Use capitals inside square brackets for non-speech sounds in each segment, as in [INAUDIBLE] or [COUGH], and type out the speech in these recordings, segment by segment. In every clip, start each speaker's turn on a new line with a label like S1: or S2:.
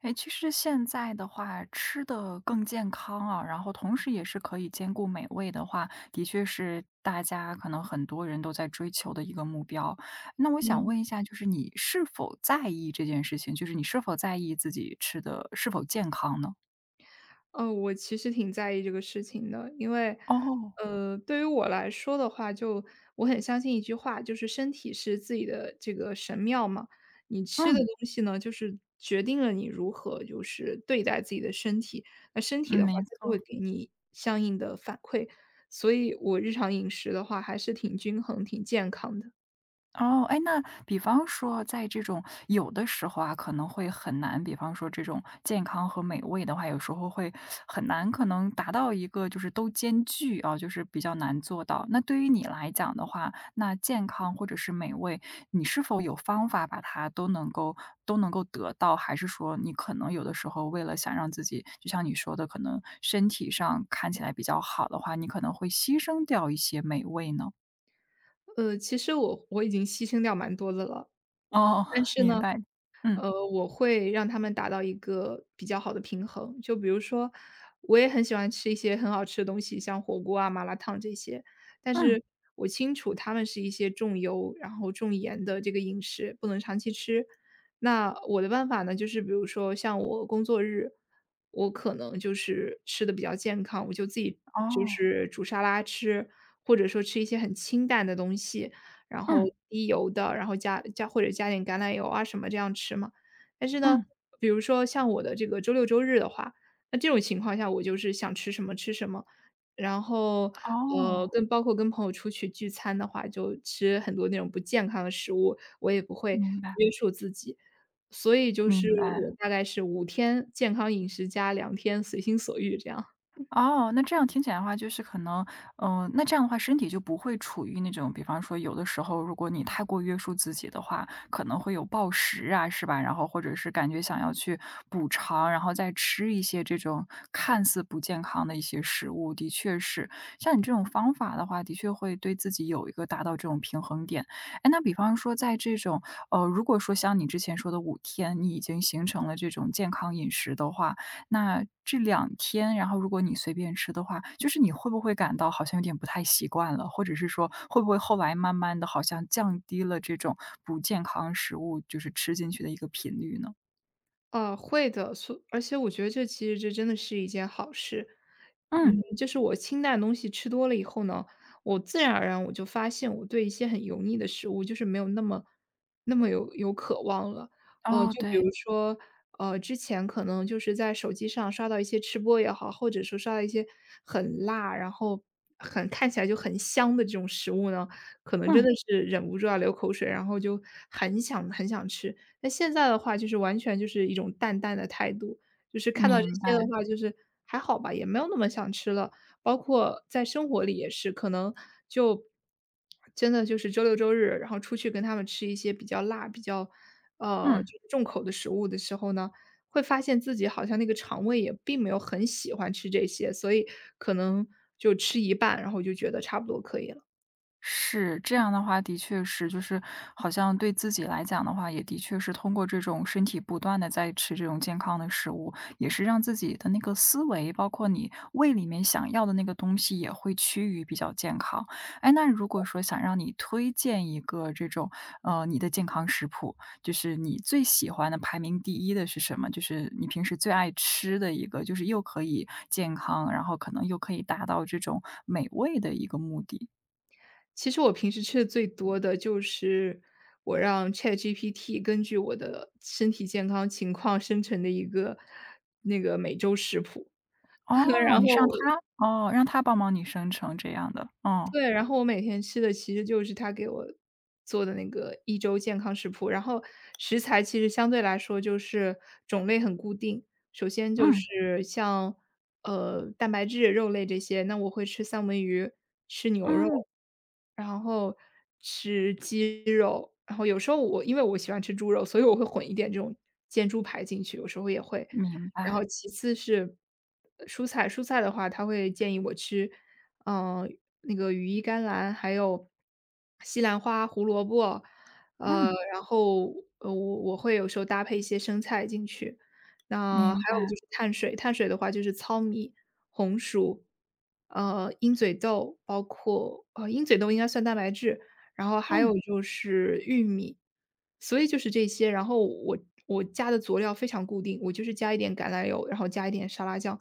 S1: 哎，其实现在的话，吃的更健康啊，然后同时也是可以兼顾美味的话，的确是大家可能很多人都在追求的一个目标。那我想
S2: 嗯，
S1: 问一下，就是你是否在意这件事情？就是你是否在意自己吃的是否健康呢？
S2: 哦，我其实挺在意这个事情的。因为，
S1: 哦，
S2: 对于我来说的话，就我很相信一句话，就是身体是自己的这个神庙嘛。你吃的
S1: 嗯，
S2: 东西呢，就是决定了你如何就是对待自己的身体，那身体的
S1: 嗯，
S2: 话，
S1: 没
S2: 它就会
S1: 错。
S2: 给你相应的反馈，所以我日常饮食的话还是挺均衡、挺健康的。
S1: 哦，哎，那比方说在这种有的时候啊，可能会很难，比方说这种健康和美味的话，有时候会很难，可能达到一个就是都兼具啊，就是比较难做到。那对于你来讲的话，那健康或者是美味，你是否有方法把它都能够得到？还是说你可能有的时候为了想让自己，就像你说的，可能身体上看起来比较好的话，你可能会牺牲掉一些美味呢？
S2: 其实我已经牺牲掉蛮多的了，
S1: 哦，
S2: 但
S1: [LAUGHS]
S2: 是
S1: 明
S2: 呢
S1: 白，嗯。
S2: 我会让他们达到一个比较好的平衡。就比如说，我也很喜欢吃一些很好吃的东西，像火锅啊、麻辣烫这些，但
S1: 嗯，
S2: 是我清楚他们是一些重油，然后重盐的这个饮食，不能长期吃。那我的办法呢，就是比如说像我工作日，我可能就是吃的比较健康，我就自己就
S1: 哦，
S2: 是煮沙拉吃，或者说吃一些很清淡的东西，然后
S1: 嗯，
S2: 低油的，然后加或者加点橄榄油啊什么这样吃嘛。但是呢，
S1: 嗯，
S2: 比如说像我的这个周六周日的话，那这种情况下我就是想吃什么吃什么，然后
S1: 哦，
S2: 包括跟朋友出去聚餐的话，就吃很多那种不健康的食物，我也不会
S1: 明白，
S2: 约束自己。所以就是
S1: 明白。
S2: 我大概是5天健康饮食加两天随心所欲这样。
S1: 哦，那这样听起来的话，就是可能，嗯，那这样的话，身体就不会处于那种，比方说，有的时候如果你太过约束自己的话，可能会有暴食啊，是吧？然后或者是感觉想要去补偿，然后再吃一些这种看似不健康的一些食物，的确是，像你这种方法的话，的确会对自己有一个达到这种平衡点。哎，那比方说，在这种，如果说像你之前说的5天，你已经形成了这种健康饮食的话，那这两天，然后如果你随便吃的话，就是你会不会感到好像有点不太习惯了？或者是说，会不会后来慢慢的好像降低了这种不健康食物，就是吃进去的一个频率呢？
S2: 会的，而且我觉得其实这真的是一件好事。
S1: 嗯，
S2: 就是我清淡东西吃多了以后呢，我自然而然我就发现我对一些很油腻的食物就是没有那么有渴望了。
S1: 哦，
S2: 就比如
S1: 对，
S2: 说，之前可能就是在手机上刷到一些吃播也好，或者说刷到一些很辣，然后很看起来就很香的这种食物呢，可能真的
S1: 嗯，
S2: 是忍不住要流口水，然后就很想很想吃。那现在的话就是完全就是一种淡淡的态度，就是看到这
S1: 明白，
S2: 些的话，就是还好吧，也没有那么想吃了。包括在生活里也是，可能就真的就是周六周日，然后出去跟他们吃一些比较辣、比较
S1: 嗯。
S2: 就是重口的食物的时候呢，会发现自己好像那个肠胃也并没有很喜欢吃这些，所以可能就吃一半，然后就觉得差不多可以了。
S1: 是，这样的话的确是，就是好像对自己来讲的话，也的确是通过这种身体不断的在吃这种健康的食物，也是让自己的那个思维，包括你胃里面想要的那个东西也会趋于比较健康。哎，那如果说想让你推荐一个这种，你的健康食谱，就是你最喜欢的排名第一的是什么？就是你平时最爱吃的一个，就是又可以健康，然后可能又可以达到这种美味的一个目的。
S2: 其实我平时吃的最多的就是我让 ChatGPT 根据我的身体健康情况生成的一个那个每周食谱。[LAUGHS]
S1: 哦，
S2: 然后
S1: 你是让他哦，让他帮忙你生成这样的，哦，
S2: 对，然后我每天吃的其实就是他给我做的那个一周健康食谱，然后食材其实相对来说就是种类很固定。首先就
S1: 嗯，
S2: 是像，蛋白质、肉类这些，那我会吃三文鱼，吃牛肉。
S1: 嗯，
S2: 然后吃鸡肉，然后有时候我因为我喜欢吃猪肉，所以我会混一点这种煎猪排进去，有时候也会。
S1: 明
S2: 然后
S1: 白，
S2: 其次是蔬菜。蔬菜的话，他会建议我吃，嗯、那个羽衣甘蓝，还有西兰花、胡萝卜，
S1: 嗯，
S2: 然后我会有时候搭配一些生菜进去。那还
S1: 明
S2: 有
S1: 白，
S2: 就是碳水。碳水的话就是糙米、红薯，鹰嘴豆，包括鹰嘴豆应该算蛋白质，然后还有
S1: 嗯，
S2: 就是玉米，所以就是这些。然后我加的佐料非常固定，我就是加一点橄榄油，然后加一点沙拉酱，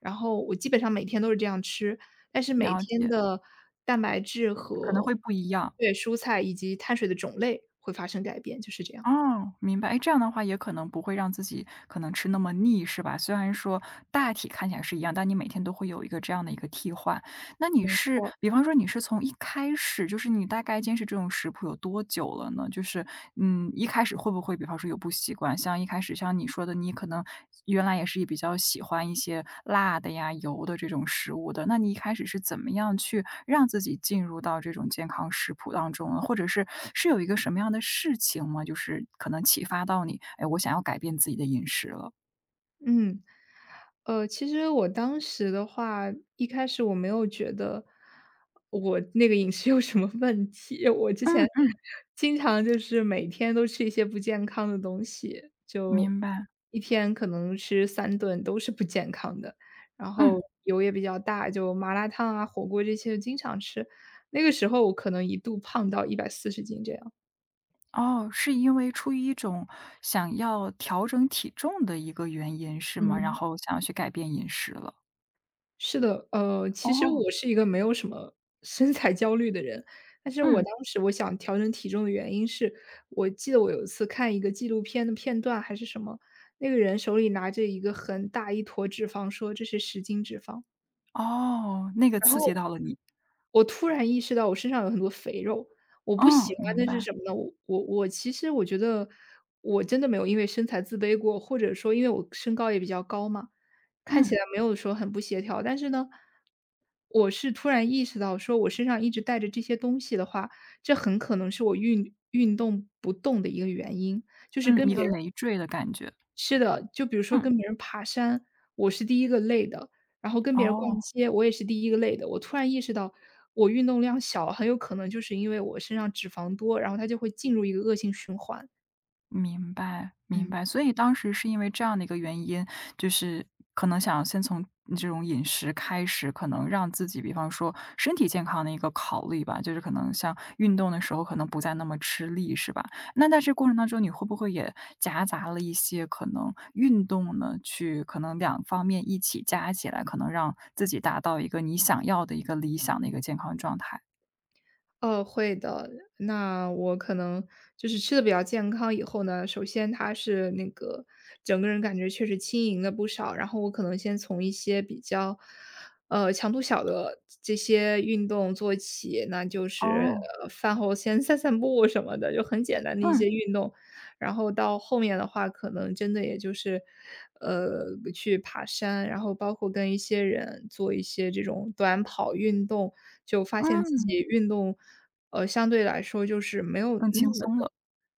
S2: 然后我基本上每天都是这样吃。但是每
S1: 了
S2: 天
S1: 解，
S2: 的蛋白质
S1: 可能
S2: 和，
S1: 会不一样。
S2: 对，蔬菜以及碳水的种类会发生改变，就是这样。
S1: 哦，明白，哎，这样的话也可能不会让自己可能吃那么腻，是吧？虽然说大体看起来是一样，但你每天都会有一个这样的一个替换。那你
S2: 没
S1: 是
S2: 错。
S1: 比方说你是从一开始就是你大概坚持这种食谱有多久了呢？就是，嗯，一开始会不会比方说有不习惯，像一开始像你说的，你可能原来也是比较喜欢一些辣的呀、油的这种食物的，那你一开始是怎么样去让自己进入到这种健康食谱当中呢？或者是有一个什么样的事情吗？就是可能启发到你，哎，我想要改变自己的饮食了。
S2: 嗯。其实我当时的话，一开始我没有觉得我那个饮食有什么问题。我之
S1: 嗯
S2: 前
S1: 嗯，
S2: 经常就是每天都吃一些不健康的东西，就
S1: 明白，
S2: 一天可能吃三顿都是不健康的，然后
S1: 嗯。
S2: 油也比较大，就麻辣烫啊、火锅这些经常吃，那个时候我可能一度胖到140斤这样。
S1: 哦，是因为出于一种想要调整体重的一个原因是吗？然
S2: 嗯。
S1: 后想要去改变饮食了。
S2: 是的。其实
S1: 哦，
S2: 我是一个没有什么身材焦虑的人，但是我
S1: 嗯，
S2: 当时我想调整体重的原因是，我记得我有一次看一个纪录片的片段还是什么，那个人手里拿着一个很大一坨脂肪，说这是十斤脂肪，
S1: 哦，那个
S2: 然
S1: 刺
S2: 后
S1: 激到了你。
S2: 我突然意识到我身上有很多肥肉。我不喜
S1: 嗯，
S2: 欢
S1: 明
S2: 的是
S1: 白。
S2: 什么呢？我其实我觉得我真的没有因为身材自卑过，或者说因为我身高也比较高嘛，看起
S1: 嗯，
S2: 来没有说很不协调。但是呢，我是突然意识到说我身上一直带着这些东西的话，这很可能是我运动不动的一个原因，就是
S1: 嗯，
S2: 跟
S1: 一
S2: 别
S1: 个
S2: 人
S1: 累赘的感觉。
S2: 是的，就比如说
S1: 嗯，
S2: 跟别人爬山，我是第一个累的，然后跟别人
S1: 哦。
S2: 逛街，我也是第一个累的。我突然意识到，我运动量小，很有可能就是因为我身上脂肪多，然后它就会进入一个恶性循环。
S1: 明白，明
S2: 嗯。
S1: 白。所以当时是因为这样的一个原因，就是可能想先从这种饮食开始，可能让自己，比方说身体健康的一个考虑吧，就是可能像运动的时候，可能不再那么吃力，是吧？那在这过程当中，你会不会也夹杂了一些可能运动呢？去可能两方面一起加起来，可能让自己达到一个你想要的一个理想的一个健康状态。
S2: 哦，会的。那我可能就是吃的比较健康以后呢，首先它是那个整个人感觉确实轻盈了不少，然后我可能先从一些比较，强度小的这些运动做起，那就是，
S1: 哦，
S2: 饭后先散散步什么的，就很简单的一些
S1: 嗯，
S2: 运动，然后到后面的话，可能真的也就是，呃，去爬山，然后包括跟一些人做一些这种短跑运动，就发现自
S1: 嗯，
S2: 己运动，相对来说就是没有
S1: 更
S2: 那
S1: 轻
S2: 么，
S1: 松了，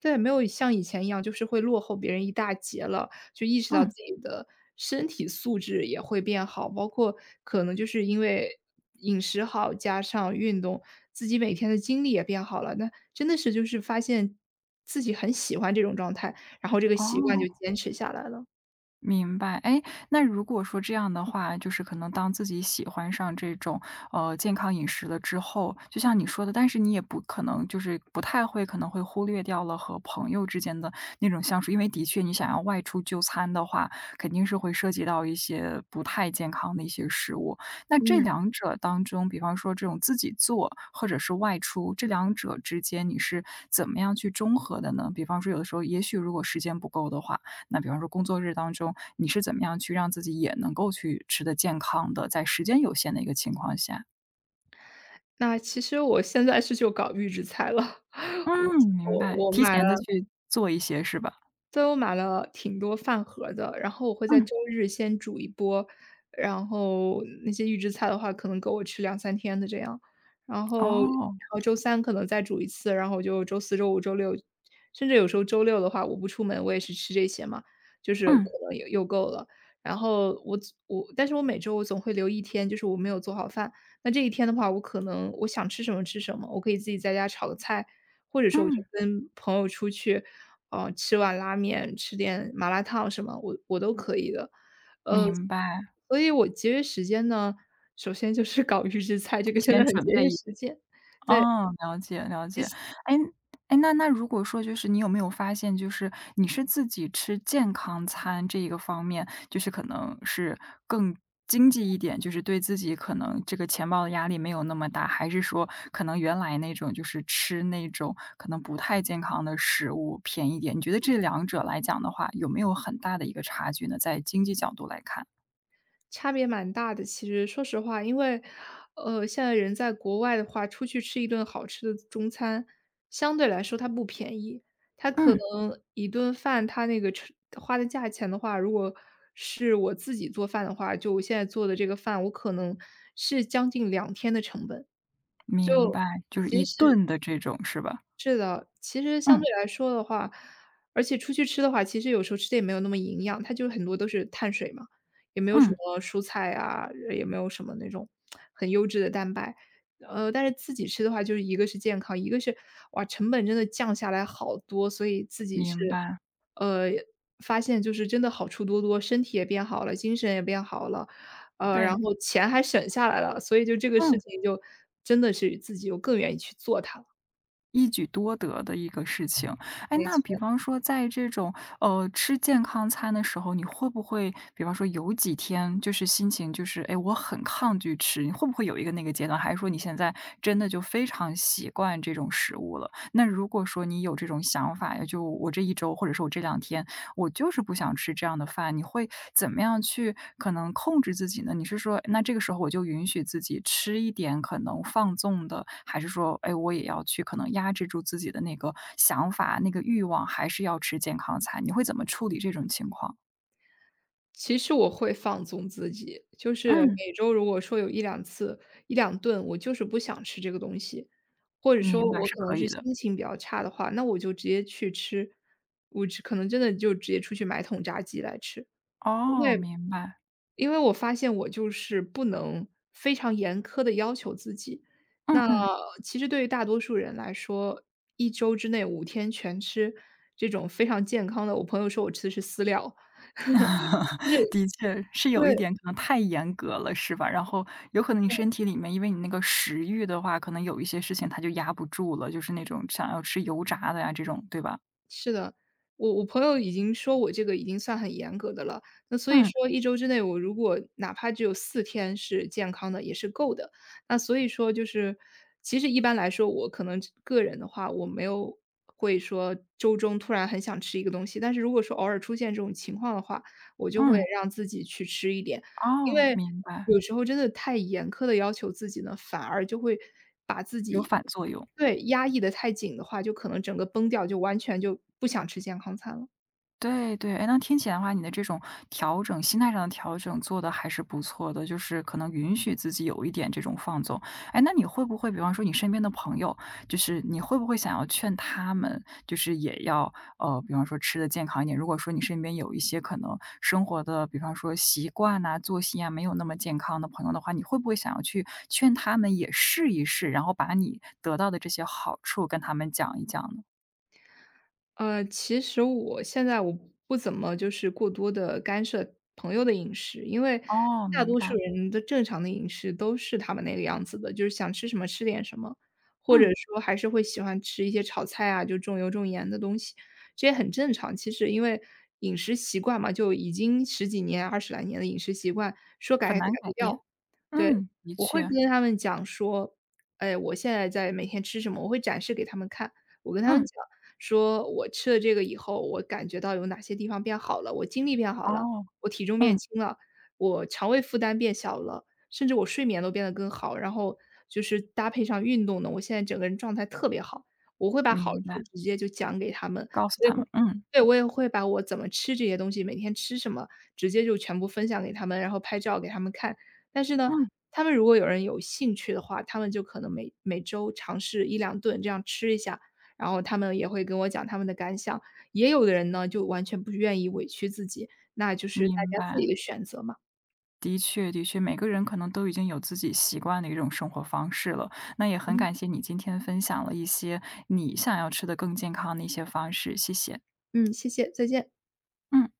S2: 对，没有像以前一样，就是会落后别人一大截了，就意识到自
S1: 嗯，
S2: 己的身体素质也会变好，包括可能就是因为饮食好，加上运动，自己每天的精力也变好了。那真的是就是发现自己很喜欢这种状态，然后这个习惯就
S1: 哦。
S2: 坚持下来了。
S1: 明白，哎，那如果说这样的话，就是可能当自己喜欢上这种，健康饮食了之后，就像你说的，但是你也不可能就是不太会，可能会忽略掉了和朋友之间的那种相处，因为的确你想要外出就餐的话，肯定是会涉及到一些不太健康的一些食物。那这
S2: 嗯，
S1: 两者当中，比方说这种自己做或者是外出，这两者之间你是怎么样去中和的呢？比方说有的时候，也许如果时间不够的话。那比方说工作日当中，你是怎么样去让自己也能够去吃得健康的，在时间有限的一个情况下？
S2: 那其实我现在就搞预制菜了，[LAUGHS] 我
S1: 嗯，明
S2: 我
S1: 白，
S2: 我
S1: 提
S2: 买
S1: 前的去做一些是吧？
S2: 所以我买了挺多饭盒的，然后我会在
S1: 嗯，
S2: 周日先煮一波，然后那些预制菜的话，可能够我吃两三天的这样。然后
S1: 哦，
S2: 周三可能再煮一次，然后就周四周五周六，甚至有时候周六的话，我不出门，我也是吃这些嘛，就是可
S1: 嗯，
S2: 能又够了。然后我总我但是我每周我总会留一天，就是我没有做好饭。那这一天的话，我可能我想吃什么吃什么，我可以自己在家炒个菜，或者说我就
S1: 嗯，
S2: 跟朋友出去哦，吃碗拉面，吃点麻辣烫什么，我都可以的。呃，
S1: 明白，
S2: 所以我节约时间呢，首先就是搞预制菜，这个
S1: 提
S2: 真的
S1: 前
S2: 很
S1: 准
S2: 节
S1: 备
S2: 约
S1: 一
S2: 时间。对，
S1: 哦，了解了解。哎，那如果说就是你有没有发现，就是你是自己吃健康餐这一个方面，就是可能是更经济一点，就是对自己可能这个钱包的压力没有那么大，还是说可能原来那种就是吃那种可能不太健康的食物便宜一点？你觉得这两者来讲的话，有没有很大的一个差距呢？在经济角度来看。
S2: 差别蛮大的，其实说实话。因为，现在人在国外的话，出去吃一顿好吃的中餐，相对来说它不便宜。它可
S1: 嗯，
S2: 能一顿饭它那个吃花的价钱的话，如果是我自己做饭的话，就我现在做的这个饭，我可能是将近两天的成本。就
S1: 明白，就是
S2: 其
S1: 一
S2: 实
S1: 顿的这种是吧？
S2: 是的，其实相
S1: 嗯
S2: 对来说的话，而且出去吃的话，其实有时候吃的也没有那么营养，它就很多都是碳水嘛，也没有什
S1: 嗯，
S2: 么蔬菜啊，也没有什么那种很优质的蛋白。但是自己吃的话，就是一个是健康，一个是哇，成本真的降下来好多，所以自己是
S1: 明白，
S2: 呃，发现就是真的好处多多，身体也变好了，精神也变好了，然
S1: 对。
S2: 后钱还省下来了，所以就这个事
S1: 嗯，
S2: 情就真的是自己又更愿意去做它了。
S1: 一举多得的一个事情。哎，
S2: 没
S1: 那比
S2: 错，
S1: 方说在这种，吃健康餐的时候，你会不会比方说有几天就是心情就是，哎，我很抗拒吃，你会不会有一个那个阶段？还是说你现在真的就非常习惯这种食物了？那如果说你有这种想法，就我这一周或者说我这两天我就是不想吃这样的饭，你会怎么样去可能控制自己呢？你是说，那这个时候我就允许自己吃一点可能放纵的，还是说，哎，我也要去可能压制住自己的那个想法、那个欲望，还是要吃健康餐？你会怎么处理这种情况？
S2: 其实我会放纵自己，就是
S1: 嗯，
S2: 每周如果说有一两次、一两顿，我就是不想吃这个东西，或者说
S1: 明白，
S2: 我
S1: 是
S2: 可能
S1: 可
S2: 是
S1: 以的。
S2: 心情比较差的话，那我就直接去吃，我只可能真的就直接出去买桶炸鸡来吃。
S1: 哦，
S2: 对，
S1: 明白。
S2: 因为我发现我就是不能非常严苛的要求自己。
S1: 嗯
S2: 那
S1: 嗯。
S2: 其实对于大多数人来说，一周之内5天全吃这种非常健康的我朋友说我吃的是饲料，就是
S1: [LAUGHS] 的确，是有一
S2: 对。
S1: 点可能太严格了，是吧？然后有可能你身体里面，因为你那个食欲的话，可能有一些事情它就压不住了，就是那种想要吃油炸的呀，这种，对吧？
S2: 是的，我朋友已经说我这个已经算很严格的了，那所以
S1: 嗯，
S2: 说一周之内我如果哪怕只有4天是健康的，也是够的。那所以说就是其实一般来说，我可能个人的话，我没有会说周中突然很想吃一个东西，但是如果说偶尔出现这种情况的话，我就会
S1: 嗯，
S2: 让自己去吃一点。因
S1: 哦，
S2: 为
S1: 明白，
S2: 有时候真的太严苛的要求自己呢，反而就会
S1: 有反作用。
S2: 对，压抑的太紧的话，就可能整个崩掉，就完全就不想吃健康餐了。
S1: 对对，哎，那听起来的话，你的这种调整心态上的调整做的还是不错的，就是可能允许自己有一点这种放纵。哎，那你会不会比方说你身边的朋友，就是你会不会想要劝他们，就是也要，比方说吃的健康一点，如果说你身边有一些可能生活的，比方说习惯呐、作息啊，没有那么健康的朋友的话，你会不会想要去劝他们也试一试，然后把你得到的这些好处跟他们讲一讲呢？
S2: 其实我现在我不怎么就是过多的干涉朋友的饮食，因为
S1: 哦，
S2: 大
S1: 明
S2: 多
S1: 白，
S2: 数人的正常的饮食都是他们那个样子的，就是想吃什么吃点什么，或者
S1: 嗯，
S2: 说还是会喜欢吃一些炒菜啊，就重油重盐的东西，这也很正常。其实因为饮食习惯嘛，就已经十几年、二十来年的饮食习惯，说改
S1: 很
S2: 也改
S1: 难
S2: 不
S1: 改变。
S2: 掉。对，
S1: 嗯，的
S2: 我会
S1: 确，
S2: 跟他们讲说，哎，我现在在每天吃什么，我会展示给他们看。我跟他们
S1: 嗯，
S2: 讲说，我吃了这个以后，我感觉到有哪些地方变好了，我精力变好了，
S1: 哦，
S2: 我体重变
S1: 嗯，
S2: 轻了，我肠胃负担变小了，甚至我睡眠都变得更好。然后就是搭配上运动呢，我现在整个人状态特别好。我会把好
S1: 明
S2: 处
S1: 白，
S2: 直接就讲给他们，
S1: 告诉
S2: 我也
S1: 他
S2: 会
S1: 们，嗯，
S2: 对，我也会把我怎么吃这些东西，每天吃什么，直接就全部分享给他们，然后拍照给他们看。但是呢，
S1: 嗯，
S2: 他们如果有人有兴趣的话，他们就可能每周尝试一两顿这样吃一下，然后他们也会跟我讲他们的感想。也有的人呢，就完全不愿意委屈自己，那就是大
S1: 明
S2: 家自己
S1: 白。
S2: 的选择嘛。
S1: 的确，的确，每个人可能都已经有自己习惯的一种生活方式了。那也很
S2: 嗯，
S1: 感谢你今天分享了一些你想要吃的更健康的一些方式，谢谢。
S2: 嗯，谢谢，再见。
S1: 嗯。